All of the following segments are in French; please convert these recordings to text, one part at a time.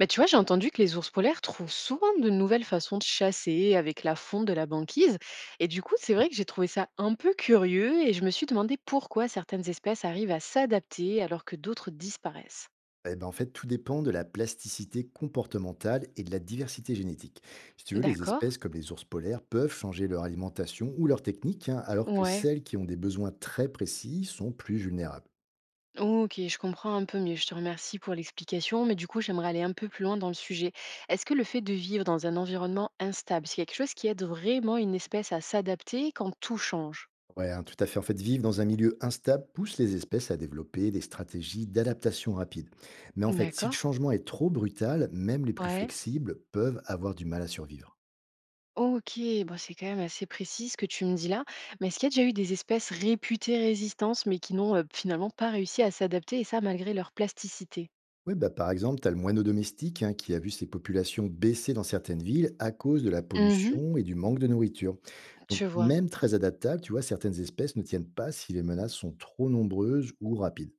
Bah, tu vois, j'ai entendu que les ours polaires trouvent souvent de nouvelles façons de chasser avec la fonte de la banquise. Et du coup, c'est vrai que j'ai trouvé ça un peu curieux et je me suis demandé pourquoi certaines espèces arrivent à s'adapter alors que d'autres disparaissent. Eh ben, en fait, tout dépend de la plasticité comportementale et de la diversité génétique. Si tu veux, les D'accord. espèces comme les ours polaires peuvent changer leur alimentation ou leur technique, hein, alors que Ouais. celles qui ont des besoins très précis sont plus vulnérables. Ok, je comprends un peu mieux. Je te remercie pour l'explication, mais du coup, j'aimerais aller un peu plus loin dans le sujet. Est-ce que le fait de vivre dans un environnement instable, c'est quelque chose qui aide vraiment une espèce à s'adapter quand tout change? Ouais, hein, tout à fait. En fait, vivre dans un milieu instable pousse les espèces à développer des stratégies d'adaptation rapide. Mais en fait, si le D'accord. changement est trop brutal, même les plus Ouais. flexibles peuvent avoir du mal à survivre. OK, bon, c'est quand même assez précis ce que tu me dis là. Mais est-ce qu'il y a déjà eu des espèces réputées résistantes, mais qui n'ont finalement pas réussi à s'adapter, et ça malgré leur plasticité? Oui, bah, par exemple, tu as le moineau domestique, hein, qui a vu ses populations baisser dans certaines villes à cause de la Mhm. pollution et du manque de nourriture. Donc, Tu vois. même très adaptable, tu vois, certaines espèces ne tiennent pas si les menaces sont trop nombreuses ou rapides.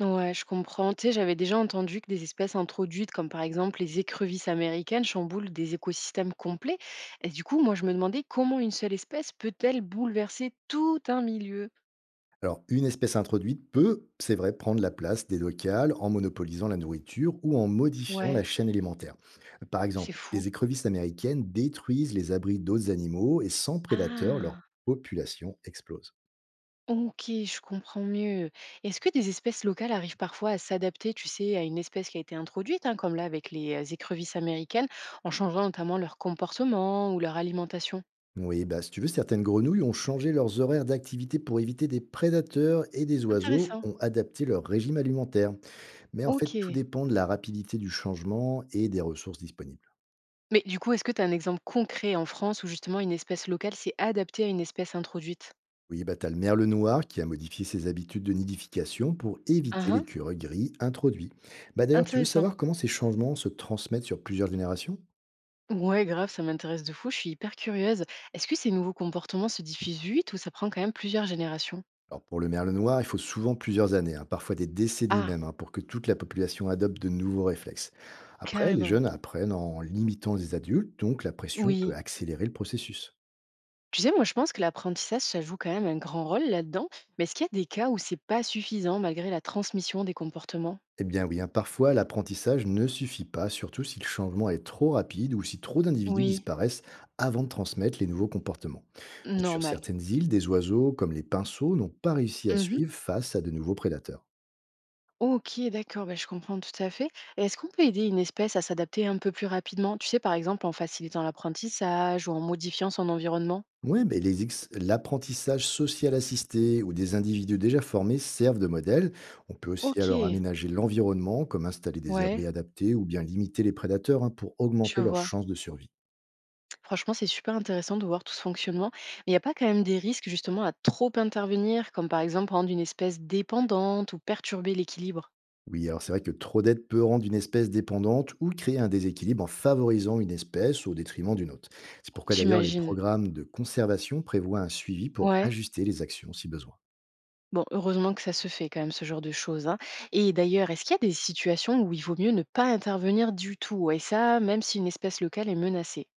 Ouais, je comprends. Tu sais, j'avais déjà entendu que des espèces introduites, comme par exemple les écrevisses américaines, chamboulent des écosystèmes complets. Et du coup, moi, je me demandais comment une seule espèce peut-elle bouleverser tout un milieu. Alors, une espèce introduite peut, c'est vrai, prendre la place des locales en monopolisant la nourriture ou en modifiant la Ouais, chaîne alimentaire. Par c'est exemple, les fou. écrevisses américaines détruisent les abris d'autres animaux et, sans prédateurs, leur Ah. population explose. Ok, je comprends mieux. Est-ce que des espèces locales arrivent parfois à s'adapter, tu sais, à une espèce qui a été introduite, hein, comme là avec les écrevisses américaines, en changeant notamment leur comportement ou leur alimentation? Oui, bah, si tu veux, certaines grenouilles ont changé leurs horaires d'activité pour éviter des prédateurs et des oiseaux Intéressant. ont adapté leur régime alimentaire. Mais en fait, tout Ok. dépend de la rapidité du changement et des ressources disponibles. Mais du coup, est-ce que tu as un exemple concret en France où justement une espèce locale s'est adaptée à une espèce introduite? Oui, bah, t'as le merle noir qui a modifié ses habitudes de nidification pour Ah éviter ah, l'écureuil gris introduit. Bah, d'ailleurs, tu veux intéressant. savoir comment ces changements se transmettent sur plusieurs générations? Ouais, grave, ça m'intéresse de fou, je suis hyper curieuse. Est-ce que ces nouveaux comportements se diffusent vite ou ça prend quand même plusieurs générations? Alors pour le merle noir, il faut souvent plusieurs années, hein, parfois des décennies Ah, même, hein, pour que toute la population adopte de nouveaux réflexes. Après, les carrément. jeunes apprennent en limitant les adultes, donc la pression peut Oui. accélérer le processus. Tu sais, moi, je pense que l'apprentissage, ça joue quand même un grand rôle là-dedans. Mais est-ce qu'il y a des cas où c'est pas suffisant malgré la transmission des comportements? Eh bien oui, hein, parfois l'apprentissage ne suffit pas, surtout si le changement est trop rapide ou si trop d'individus Oui, disparaissent avant de transmettre les nouveaux comportements. Donc sur normal. certaines îles, des oiseaux comme les pinceaux n'ont pas réussi à Mhm. suivre face à de nouveaux prédateurs. Ok, d'accord, bah, je comprends tout à fait. Et est-ce qu'on peut aider une espèce à s'adapter un peu plus rapidement? Tu sais, par exemple, en facilitant l'apprentissage ou en modifiant son environnement? Oui, mais l'apprentissage social assisté ou des individus déjà formés servent de modèle. On peut aussi Ok, alors aménager l'environnement, comme installer des ouais, abris adaptés ou bien limiter les prédateurs, hein, pour je augmenter leurs vois. chances de survie. Franchement, c'est super intéressant de voir tout ce fonctionnement. Mais il n'y a pas quand même des risques justement à trop intervenir, comme par exemple rendre une espèce dépendante ou perturber l'équilibre? Oui, alors c'est vrai que trop d'aide peut rendre une espèce dépendante ou créer un déséquilibre en favorisant une espèce au détriment d'une autre. C'est pourquoi d'ailleurs les J'imagine. programmes de conservation prévoient un suivi pour Ouais. ajuster les actions si besoin. Bon, heureusement que ça se fait quand même ce genre de choses, hein. Et d'ailleurs, est-ce qu'il y a des situations où il vaut mieux ne pas intervenir du tout? Et ça, même si une espèce locale est menacée.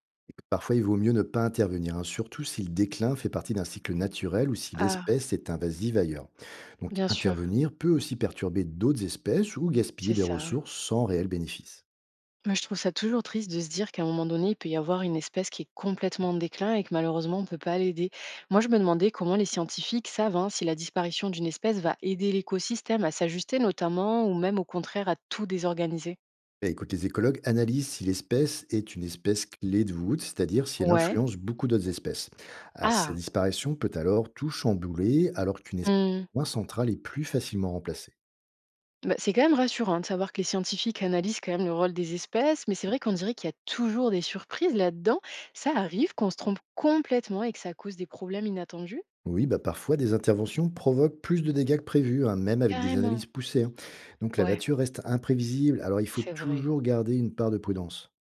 Parfois, il vaut mieux ne pas intervenir, hein, surtout si le déclin fait partie d'un cycle naturel ou si Ah, l'espèce est invasive ailleurs. Donc bien sûr, intervenir peut aussi perturber d'autres espèces ou gaspiller c'est des ça, ouais. ressources sans réel bénéfice. Moi, je trouve ça toujours triste de se dire qu'à un moment donné, il peut y avoir une espèce qui est complètement en déclin et que malheureusement, on ne peut pas l'aider. Moi, je me demandais comment les scientifiques savent, hein, si la disparition d'une espèce va aider l'écosystème à s'ajuster notamment ou même au contraire à tout désorganiser. Et écoute, les écologues analysent si l'espèce est une espèce clé de voûte, c'est-à-dire si elle Ouais. influence beaucoup d'autres espèces. Ah, sa Ah. disparition peut alors tout chambouler, alors qu'une espèce Mmh. moins centrale est plus facilement remplacée. Bah, c'est quand même rassurant de savoir que les scientifiques analysent quand même le rôle des espèces, mais c'est vrai qu'on dirait qu'il y a toujours des surprises là-dedans. Ça arrive qu'on se trompe complètement et que ça cause des problèmes inattendus? Oui, bah parfois des interventions provoquent plus de dégâts que prévu, hein, même avec des Carrément. analyses poussées, hein. Donc la Ouais, nature reste imprévisible, alors il faut c'est vrai. toujours garder une part de prudence.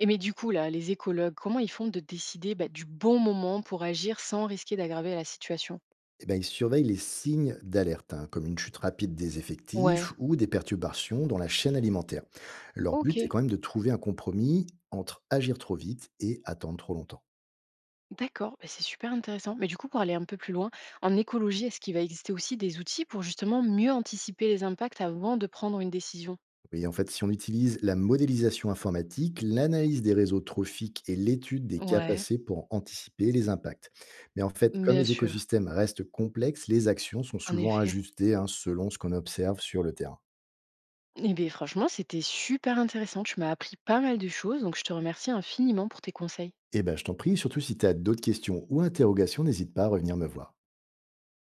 Et mais du coup, là, les écologues, comment ils font de décider bah, du bon moment pour agir sans risquer d'aggraver la situation? Et ben, il surveille les signes d'alerte, hein, comme une chute rapide des Ouais, effectifs ou des perturbations dans la chaîne alimentaire. Leur ok, but est quand même de trouver un compromis entre agir trop vite et attendre trop longtemps. d'accord, bah, c'est super intéressant. Mais du coup, pour aller un peu plus loin, en écologie, est-ce qu'il va exister aussi des outils pour justement mieux anticiper les impacts avant de prendre une décision? Oui, en fait, si on utilise la modélisation informatique, l'analyse des réseaux trophiques et l'étude des cas Ouais, passés pour anticiper les impacts. Mais en fait, comme bien les sûr. écosystèmes restent complexes, les actions sont En souvent effet. ajustées, hein, selon ce qu'on observe sur le terrain. Eh bien, franchement, c'était super intéressant. Tu m'as appris pas mal de choses, donc je te remercie infiniment pour tes conseils. Eh ben, je t'en prie, surtout si tu as d'autres questions ou interrogations, n'hésite pas à revenir me voir.